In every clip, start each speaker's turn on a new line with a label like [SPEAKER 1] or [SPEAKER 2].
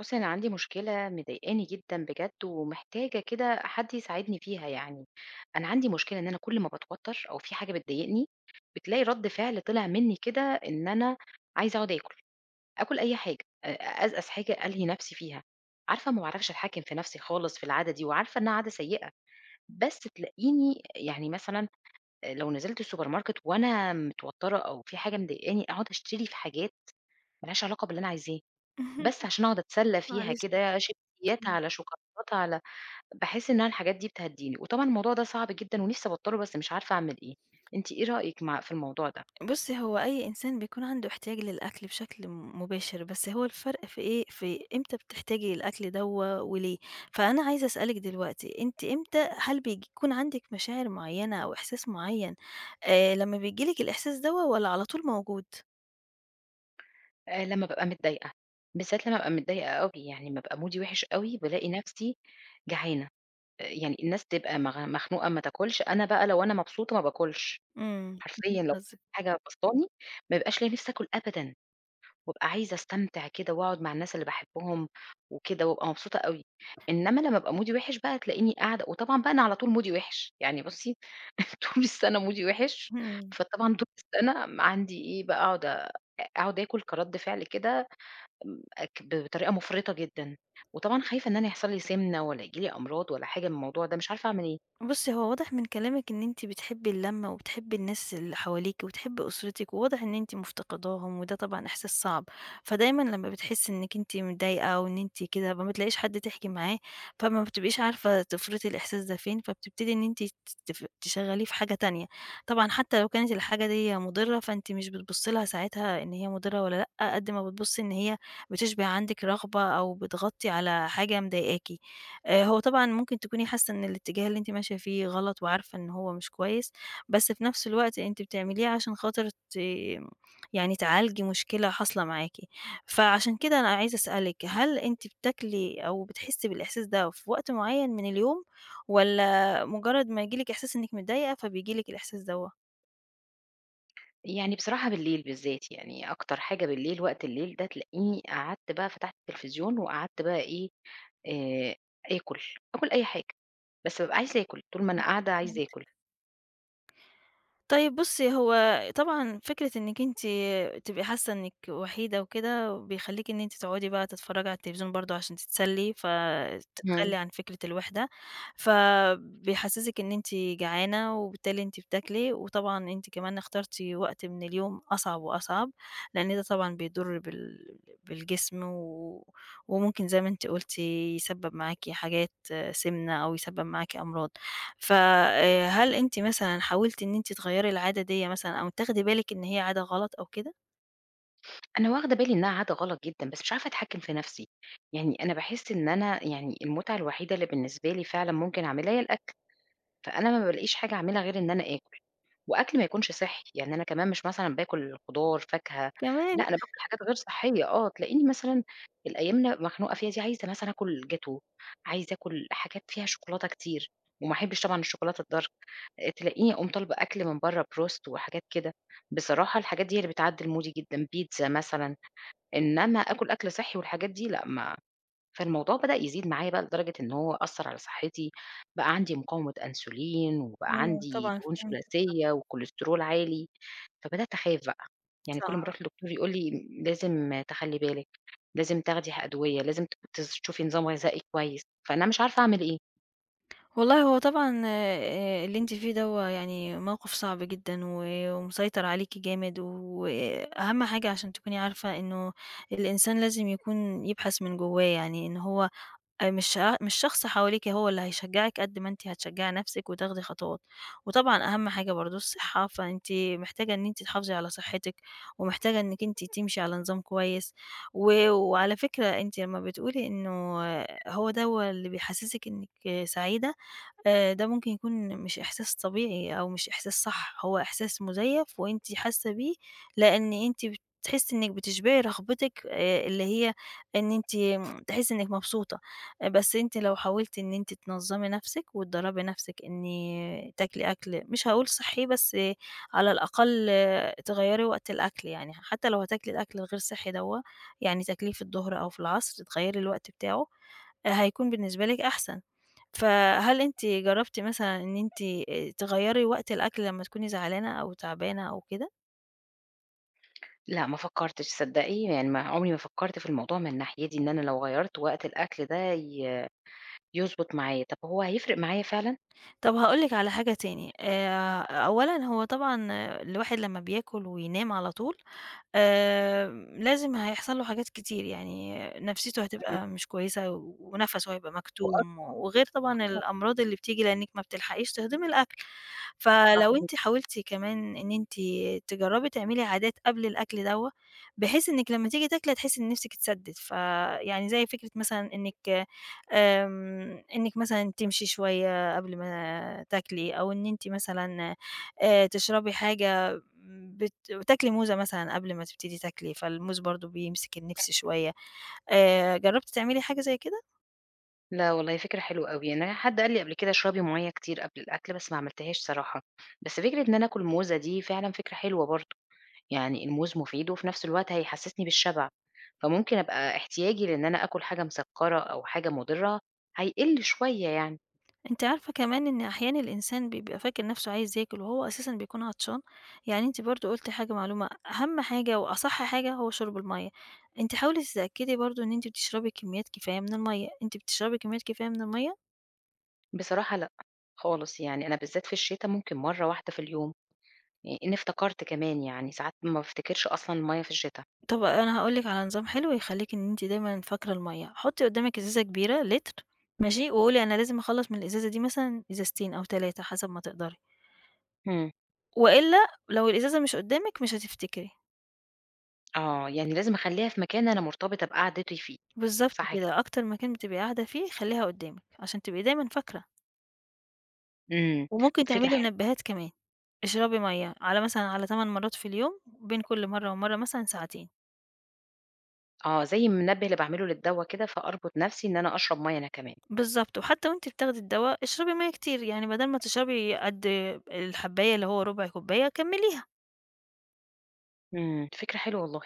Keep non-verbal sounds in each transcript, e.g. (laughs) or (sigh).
[SPEAKER 1] بُصّي، أنا عندي مشكلة مضايقاني جدًا بجد، ومحتاجة كده حد يساعدني فيها يعني. أنا عندي مشكلة إن أنا كل ما باتوتر أو في حاجة بتضايقني، بتلاقي رد فعل طلع مني كده إن أنا عايزة أقعد آكل، آكل أي حاجة، أ أزقّز حاجة ألهي نفسي فيها. عارفة ما باعرفش أتحكم في نفسي خالص في العادة دي، وعارفة إنها عادة سيئة، بس تلاقيني يعني مثلًا لو نزلت السوبر ماركت وأنا متوترة أو في حاجة مضايقاني، أقعد أشتري في حاجات ما لهاش علاقة باللي أنا عايزاه. بس
[SPEAKER 2] (laughs)
[SPEAKER 1] عشان أقعد أتسلّى فيها
[SPEAKER 2] معلش.
[SPEAKER 1] كده، شيبسيات
[SPEAKER 2] إمم.
[SPEAKER 1] على شوكولاتة على باحس إنها الحاجات دي بتهدّيني، وطبعًا الموضوع ده صعب جدًا ونِفْسي أبطّله بس مش عارفة أعمل إيه، أنتِ إيه رأيِك في الموضوع ده؟
[SPEAKER 2] بُصّي، هو أي إنسان بيكون عنده احتياج للأكل بشكل مباشر، بس هو الفرق في إيه، في إمتى بتحتاجي الأكل دوّة وليه. فأنا عايزة أسألِك دلوقتي، أنتِ إمتى هل بيكون عندِك مشاعر معيّنة أو إحساس معيّن لمّا بييجي لِك الإحساس دوّة والّا على طول موجود؟
[SPEAKER 1] لمّا بابقى متضايقة، بالذات لمّا بابقى متضايقة أوي، يعني أمّا أبقى مودي وِحِش أوي بالاقي نَفْسي جعانة، يعني الناس تبقى مخنوقة ما تاكلش، أنا بقى لو أنا مبسوطة ما باكلش،
[SPEAKER 2] إمم، فهمت
[SPEAKER 1] حرفيًا لو
[SPEAKER 2] قصدِك.
[SPEAKER 1] حاجة بسطاني ما بيبقاش ليّا نِفْس آكل أبدًا. وابقى عايزة أستمتع كده وأقعد مع الناس اللي باحبهم وكده وابقى مبسوطة أوي، إنما لمّا ابقى مودي وِحِش بقى تلاقيني قاعدة وطبعًا بقى أنا على طول مودي وِحِش، يعني بُصّي (laughs) طول السَنة مودي وِحِش،
[SPEAKER 2] إمم.
[SPEAKER 1] فطبعًا طول السَنة عندي إيه بقى أقعد أقعد آكل كرَد فعل كده بطريقة مُفرطة جدًا، وطبعًا خايفة إن أنا يحصل لي سِمنة والّا ييجي لي أمراض والّا حاجة من الموضوع ده، مش عارفة أعمل إيه.
[SPEAKER 2] بُصّي، هو واضح من كلامِك إن أنتِ بتحبّي اللمّة وبتحبّي الناس اللي حواليكِ وبتحبّي أسرتِك، وواضح إن أنتِ مفتقداهم وده طبعًا إحساس صعب، فدايمًا لمّا بتحسّي إنِّك أنتِ متضايقة أو إن أنتِ كده ما بتلاقيش حد تحكي معاه، فما بتبقيش عارفة تفرطي الإحساس ده فين، فبتبتدي إن أنتِ ت تف تشغّليه في حاجة تانية، طبعًا حتى لو كانت الحاجة ديّة مُضرّة فأنتِ مش بتبُصّي لها ساعتها إن هي مُضرّة والّا لأ، قد ما بتبُصّي إن هي بتشبع عندِك رغبة أو بتغطّي على حاجة مضايقاكِ. هو طبعًا ممكن تكوني حاسة إن الاتجاه اللي أنتِ ماشية فيه غلط وعارفة إن هو مش كويس، بس في نفس الوقت أنتِ بتعمليه عشان خاطر يعني تعالجي مشكلة حاصلة معاكِ. فعشان كده أنا عايزة أسألِك، هل أنتِ بتاكلي أو بتحسي بالإحساس ده في وقت معين من اليوم والّا مجرد ما ييجي لِك إحساس إنِّك متضايقة فبييجي لِك الإحساس دوّة؟
[SPEAKER 1] يعني بصراحة بالليل بالذات، يعني أكتر حاجة بالليل وقت الليل ده تلاقيني قعدت بقى فتحت التلفزيون وقعدت بقى إيه، آآ آكل، آكل أي حاجة، بس بابقى عايزة آكل، طول ما أنا قاعدة عايزة آكل.
[SPEAKER 2] طيب بُصّي، هو طبعًا فكرة إنِّك أنتِ تبقي حاسة إنِّك وحيدة وكده، بيخلّيكِ إن أنتِ تقعدي بقى تتفرّجي على التلفزيون برضه عشان تتسلّي،
[SPEAKER 1] إمم.
[SPEAKER 2] فتتخلّي عن فكرة الوِحدة، فبيحسّسِك إن أنتِ جعانة وبالتالي أنتِ بتاكلي، وطبعًا أنتِ كمان اخترتِ وقت من اليوم أصعب وأصعب، لإن ده طبعًا بيضُر بالجسم وممكن زي ما أنتِ قُلتِ يسبّب معاكِ حاجات سِمنة أو يسبّب معاكِ أمراض. ف هل أنتِ مثلًا حاولتِ إن أنتِ تغيّري العادة ديّة مثلًا أو تاخدي بالِك إن هي عادة غلط أو كده؟
[SPEAKER 1] أنا واخدة بالي إنها عادة غلط جدًا، بس مش عارفة أتحكم في نفسي، يعني أنا باحس إن أنا يعني المتعة الوحيدة اللي بالنسبة لي فعلًا ممكن أعملها هي الأكل، فأنا ما بالاقيش حاجة أعملها غير إن أنا آكل، وأكل ما يكونش صحّي، يعني أنا كمان مش مثلًا باكل خضار، فاكهة،
[SPEAKER 2] كمان!
[SPEAKER 1] لأ أنا باكل حاجات غير صحية، آه تلاقيني مثلًا الأيام اللي أنا مخنوقة فيها دي عايزة مثلًا آكل جاتوه، عايزة آكل حاجات فيها شوكولاتة كتير، وما أحبش طبعًا الشوكولاتة الدارك. تلاقيني أقوم طالبة أكل من برّه بروست وحاجات كده، بصراحة الحاجات دي هي اللي بتعدّل مودي جدًا، بيتزا مثلًا، إنّما آكل أكل صحّي والحاجات دي لأ ما فالموضوع بدأ يزيد معايا بقى لدرجة إن هو أثّر على صحّتي، بقى عندي مقاومة أنسولين، وبقى
[SPEAKER 2] إمم،
[SPEAKER 1] عندي
[SPEAKER 2] طبعًا
[SPEAKER 1] دهون
[SPEAKER 2] فهمتِك،
[SPEAKER 1] ثلاثية وكوليسترول عالي، فبدأت أخاف بقى، يعني كل ما
[SPEAKER 2] صعب.
[SPEAKER 1] أروح للدكتور يقول لي لازم تخلّي بالِك، لازم تاخدي أدوية، لازم ت تس تشوفي نظام غذائي كويس، فأنا مش عارفة أعمل إيه.
[SPEAKER 2] والله هو طبعًا اللي أنتِ فيه دوّة يعني موقف صعب جدًا ومسيطر عليكِ جامد، وأهم حاجة عشان تكوني عارفة إنه الإنسان لازم يكون يبحث من جوّاه، يعني إن هو مش شخص حواليكِ هو اللي هيشجّعِك قد ما أنتِ هتشجّعي نَفْسِك وتاخدي خطوات، وطبعًا أهم حاجة برضه الصحّة، فأنتِ محتاجة إن أنتِ تحافظي على صحّتِك، ومحتاجة إنِّك أنتِ تمشي على نظام كويس، وعلى فكرة أنتِ لمّا بتقولي إنه آه، هو دوّة اللي بيحسّسِك إنِّك آه، سعيدة، ده ممكن يكون مش إحساس طبيعي أو مش إحساس صح، هو إحساس مزيّف وأنتِ حاسة بيه، لإن أنتِ بتحسّي إنِّك بتشبعي رغبتِك اللي هي إن أنتِ تحسّي إنِّك مبسوطة، آه، بس أنتِ لو حاولتِ إن أنتِ تنظّمي نَفْسِك وتدرّبي نَفْسِك إن تاكلي أكل مش هاقول صحّي، بس آه، على الأقل آه، تغيّري وقت الأكل يعني، حتّى لو هتاكلي الأكل الغير صحّي دوّة، يعني تاكليه في الضهر أو في العصر، تغيّري الوقت بتاعه، آه، هيكون بالنسبة لِك أحسن. فهل أنتِ جرّبتِ مثلًا إن أنتِ تغيّري وقت الأكل لمّا تكوني زعلانة أو تعبانة أو كده؟
[SPEAKER 1] لأ، ما فكّرتش تصدّقي، يعني ما عمري ما فكّرت في الموضوع من الناحية دي، إن أنا لو غيّرت وقت الأكل ده يضبط معايا، طَب هو هيفرق معايا فعلًا؟
[SPEAKER 2] طَب هاقول لِك على حاجة تاني، أولًا هو طبعًا الواحد لمّا بياكل وينام على طول لازم هيحصل له حاجات كتير، يعني نفسيته
[SPEAKER 1] إمم.
[SPEAKER 2] هتبقى مش كويسة ونَفَسه هيبقى
[SPEAKER 1] وأصلًا
[SPEAKER 2] مكتوم، وغير طبعًا الأمراض اللي بتيجي لإنِّك ما بتلحقيش تهضمي الأكل. فلو
[SPEAKER 1] صح.
[SPEAKER 2] أنتِ حاولتِ كمان إن أنتِ تجرّبي تعملي عادات قبل الأكل دوّة، بحيث إنِّك لمّا تيجي تاكلي هتحسّي إن نِفْسِك اتسدِّت، فيعني زي فكرة مثلًا إنِّك مثلًا تمشي شوية قبل ما تاكلي، أو إن أنتِ مثلًا تشربي حاجة بت تاكلي موزة مثلًا قبل ما تبتدي تاكلي، فالموز برضه بيمسك النِفْس شوية، جرّبتِ تعملي حاجة زي كده؟
[SPEAKER 1] لا والله فكرة حلوة أوي، يعني أنا حد قال لي قبل كده اشربي مَيّة كتير قبل الأكل، بس ما عملتهاش صراحة، بس فكرة إن أنا آكل موزة دي فعلًا فكرة حلوة برضه، يعني الموز مفيد وفي نفس الوقت هيحسّسني بالشبع، فممكن أبقى احتياجي لإن أنا آكل حاجة مسكّرة أو حاجة مُضرة هيقِل شوية يعني.
[SPEAKER 2] أنتِ عارفة كمان إن أحيانًا الإنسان بيبقى فاكر نَفْسه عايز ياكل وهو أساسًا بيكون عطشان، يعني أنتِ برضه قُلتِ حاجة معلومة أهم حاجة وأصح حاجة هو شرب المَيّة، أنتِ حاولي تتأكدي برضه إن أنتِ بتشربي كميات كفاية من المَيّة، أنتِ بتشربي كميات كفاية من المَيّة؟
[SPEAKER 1] بصراحة لأ، خالص يعني أنا بالذات في الشتا ممكن مرّة واحدة في اليوم، يعني إن افتكرت كمان يعني ساعات ما بافتكرش أصلًا المَيّة في الشتا.
[SPEAKER 2] طَب أنا هاقول لِك على نظام حلو يخلّيكِ إن أنتِ دايمًا فاكرة المَيّة، حُطّي قدّامِك إزازة كبيرة لتر ماشي، وقولي أنا لازم أخلّص من الإزازة دي مثلًا إزازتين أو 3 حسب ما تقدري،
[SPEAKER 1] إمم.
[SPEAKER 2] وإلا لو الإزازة مش قدّامِك مش هتفتكري.
[SPEAKER 1] آه، يعني لازم أخلّيها في مكان أنا مرتبطة بقعدتي فيه،
[SPEAKER 2] بالضبط
[SPEAKER 1] صح كده،
[SPEAKER 2] كده، أكتر مكان بتبقي قاعدة فيه خلّيها قدّامِك، عشان تبقي دايمًا فاكرة،
[SPEAKER 1] إمم،
[SPEAKER 2] وممكن
[SPEAKER 1] فكرة
[SPEAKER 2] تعملي
[SPEAKER 1] حلوة،
[SPEAKER 2] منبهات كمان، اشربي مَيّة على مثلًا على 8 مرات في اليوم، بين كل مرة ومرة مثلًا ساعتين،
[SPEAKER 1] آه، زي المنبه اللي باعمله للدّوا كده، فأربط نفسي إن أنا أشرب مَيّة أنا كمان.
[SPEAKER 2] بالضبط، وحتى وأنتِ بتاخدي الدوا اشربي مَيّة كتير، يعني بدل ما تشربي قد الحبّاية اللي هو ربع كوباية كمّليها
[SPEAKER 1] إمم، فكرة حلوة والله،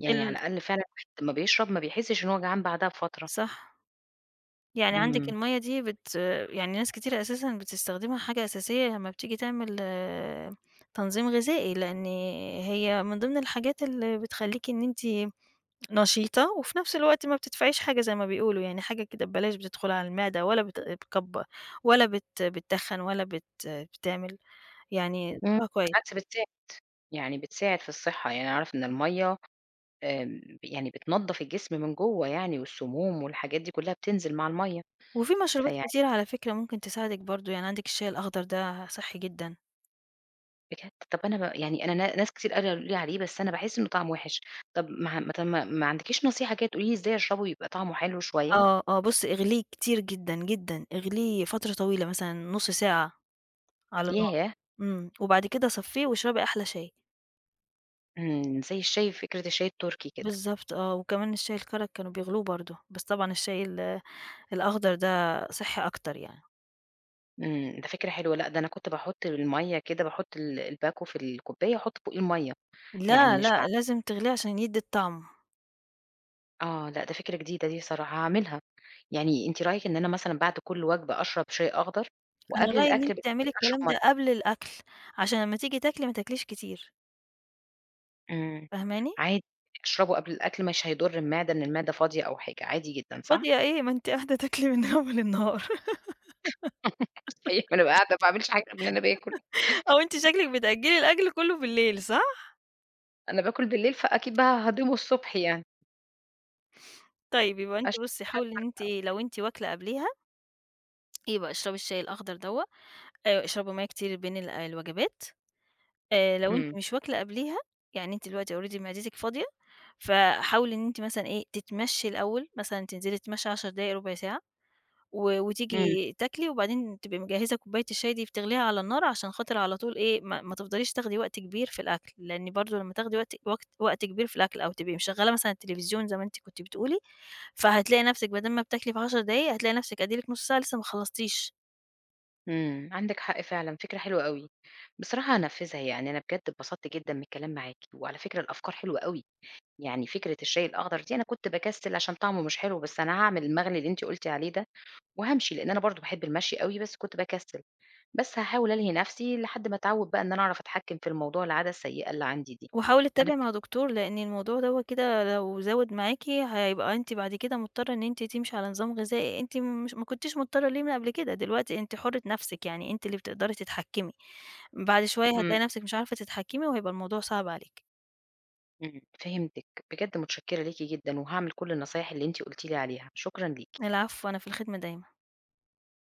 [SPEAKER 1] يعني على
[SPEAKER 2] ال
[SPEAKER 1] الأقل فعلًا الواحد لمّا بيشرب ما بيحسش إن هو جعان بعدها بفترة.
[SPEAKER 2] صح، يعني عندِك
[SPEAKER 1] إمم،
[SPEAKER 2] المَيّة دي يعني ناس كتيرة أساسًا بتستخدمها حاجة أساسية لمّا بتيجي تعمل آه، تنظيم غذائي، لإن هي من ضمن الحاجات اللي بتخلّيكِ إن أنتِ نشيطة، وفي نفس الوقت ما بتدفعيش حاجة زي ما بيقولوا، يعني حاجة كده ببلاش بتدخل على المعدة ولا بت بتكب ولا بت بتتخن ولا بت بتعمل يعني
[SPEAKER 1] إمم،
[SPEAKER 2] ضرها كويس.
[SPEAKER 1] بالعكس بتساعد، يعني بتساعد في الصحة، يعني أعرف إن المَيّة يعني بتنضّف الجسم من جوّه يعني والسموم والحاجات دي كلّها بتنزل مع المَيّة،
[SPEAKER 2] وفي مشروبات
[SPEAKER 1] فيعني
[SPEAKER 2] كتيرة على فكرة ممكن تساعدِك برضه، يعني عندِك الشاي الأخضر ده صحّي جدًا.
[SPEAKER 1] بجد طَب أنا ب يعني أنا ناس كتير قالوا لي عليه بس أنا باحس إنه طعمه وِحِش، طَب ما ما طَب ما ما عندكيش نصيحة كده تقولي لي إزاي أشربه يبقى طعمه حلو شوية؟
[SPEAKER 2] آه، آه، بُصّي اغليه كتير جدًا، جدًا، اغليه فترة طويلة مثلًا نُص ساعة على النار،
[SPEAKER 1] ياه!
[SPEAKER 2] إمم، وبعد كده صفّيه واشربي أحلى شاي.
[SPEAKER 1] إمم، زي الشاي فكرة الشاي التركي كده،
[SPEAKER 2] بالضبط آه، وكمان الشاي الكرك كانوا بيغلوه برضه، بس طبعًا الشاي ال الأخضر ده صحّي أكتر يعني.
[SPEAKER 1] إمم، ده فكرة حلوة، لأ ده أنا كنت باحُط المَيّة كده باحُط الباكو في الكوباية واحُط فوقيه المَيّة، يعني
[SPEAKER 2] لا،
[SPEAKER 1] مش
[SPEAKER 2] لأ،
[SPEAKER 1] باعمله
[SPEAKER 2] لازم تغليه عشان يدّي الطعم.
[SPEAKER 1] آه، لأ، ده فكرة جديدة دي صراحة هاعملها، يعني أنتِ رأيِك إن أنا مثلًا بعد كل وجبة أشرب شاي أخضر،
[SPEAKER 2] أنا
[SPEAKER 1] وقبل
[SPEAKER 2] رأيي إن
[SPEAKER 1] الأكل
[SPEAKER 2] أنتِ تعملي
[SPEAKER 1] بساعتين أشرب
[SPEAKER 2] الكلام ده
[SPEAKER 1] مَيّة؟
[SPEAKER 2] قبل الأكل، عشان لمّا تيجي تاكلي ما تاكليش كتير،
[SPEAKER 1] إمم،
[SPEAKER 2] فاهماني؟
[SPEAKER 1] عادي أشربه قبل الأكل مش هيضر المعدة، إن المعدة فاضية أو حاجة، عادي جدًا صح؟
[SPEAKER 2] فاضية إيه، ما أنتِ قاعدة تاكلي من أول النهار (laughs)
[SPEAKER 1] (laughs) صحيح، ما أنا بابقى قاعدة ما باعملش حاجة غير إن أنا باكل،
[SPEAKER 2] أو أنتِ شكلِك بتأجّلي الأكل كلّه بالليل، صح؟
[SPEAKER 1] أنا باكل بالليل فأكيد بقى هاهضمه الصبح يعني،
[SPEAKER 2] طيب يبقى أنتِ
[SPEAKER 1] أشرب
[SPEAKER 2] بُصّي
[SPEAKER 1] حاجة
[SPEAKER 2] حاولي إن أنتِ
[SPEAKER 1] حارقة أو
[SPEAKER 2] إيه، لو أنتِ واكلة قبليها، يبقى اشربي الشاي الأخضر دوّة، اشربي مَيّة كتير بين ال آه، الوجبات. لو أنتِ
[SPEAKER 1] إمم،
[SPEAKER 2] مش واكلة قبليها، يعني أنتِ دلوقتي already معدتِك فاضية، فحاولي إن أنتِ مثلًا إيه، تتمشّي الأول، مثلًا تنزلي تتمشّي 10 دقايق، ربع ساعة.
[SPEAKER 1] إمم،
[SPEAKER 2] وتيجي تاكلي وبعدين تبقي مجهزة كوباية الشاي دي بتغليها على النار عشان خاطر على طول إيه، ما تفضليش تاخدي وقت كبير في الأكل، لإن برضه لمّا تاخدي وقت كبير في الأكل أو تبقي مشغّلة مثلًا التلفزيون زي ما أنتِ كنتِ بتقولي، فهتلاقي نَفْسِك بدل ما بتاكلي في 10 دقايق هتلاقي نَفْسِك أدي لِك نُص ساعة لسه ما خلّصتيش،
[SPEAKER 1] إمم، عندِك حق فعلًا، فكرة حلوة أوي، بصراحة هانفذها يعني، أنا بجد اتبسطت جدًا من الكلام معاكِ، وعلى فكرة الأفكار حلوة أوي. يعني فكرة الشاي الأخضر دي أنا كنت باكسل عشان طعمه مش حلو، بس أنا هاعمل المغلي اللي أنتِ قُلتِ عليه ده وهامشي، لإن أنا برضه باحب المشي أوي، بس كنت باكسل. بس هاحاول ألهي نفسي لحد ما أتعوّد بقى إن أنا أعرف أتحكّم في الموضوع العادة السيئة اللي عندي دي.
[SPEAKER 2] وحاولي
[SPEAKER 1] أنا ب
[SPEAKER 2] تتابعي مع دكتور لإن الموضوع دوّة كده لو زوِد معاكِ هيبقى أنتِ بعد كده مضطرة إن أنتِ تمشي على نظام غذائي أنتِ مش ما كنتيش مضطرة ليه من قبل كده، دلوقتي أنتِ حُرة نَفْسِك، يعني أنتِ اللي بتقدري تتحكمي. بعد شوية
[SPEAKER 1] إمم،
[SPEAKER 2] هتلاقي نفسِك مش عارفة تتحكمي وهيبقى الموضوع صعب عليكِ.
[SPEAKER 1] إمم، فهمتِك. بجد متشكّرة ليكِ جدًا وهاعمل كل النصايح اللي أنتِ قُلتِ لي عليها، شكرًا ليكِ.
[SPEAKER 2] العفو، أنا في الخدمة دايمًا.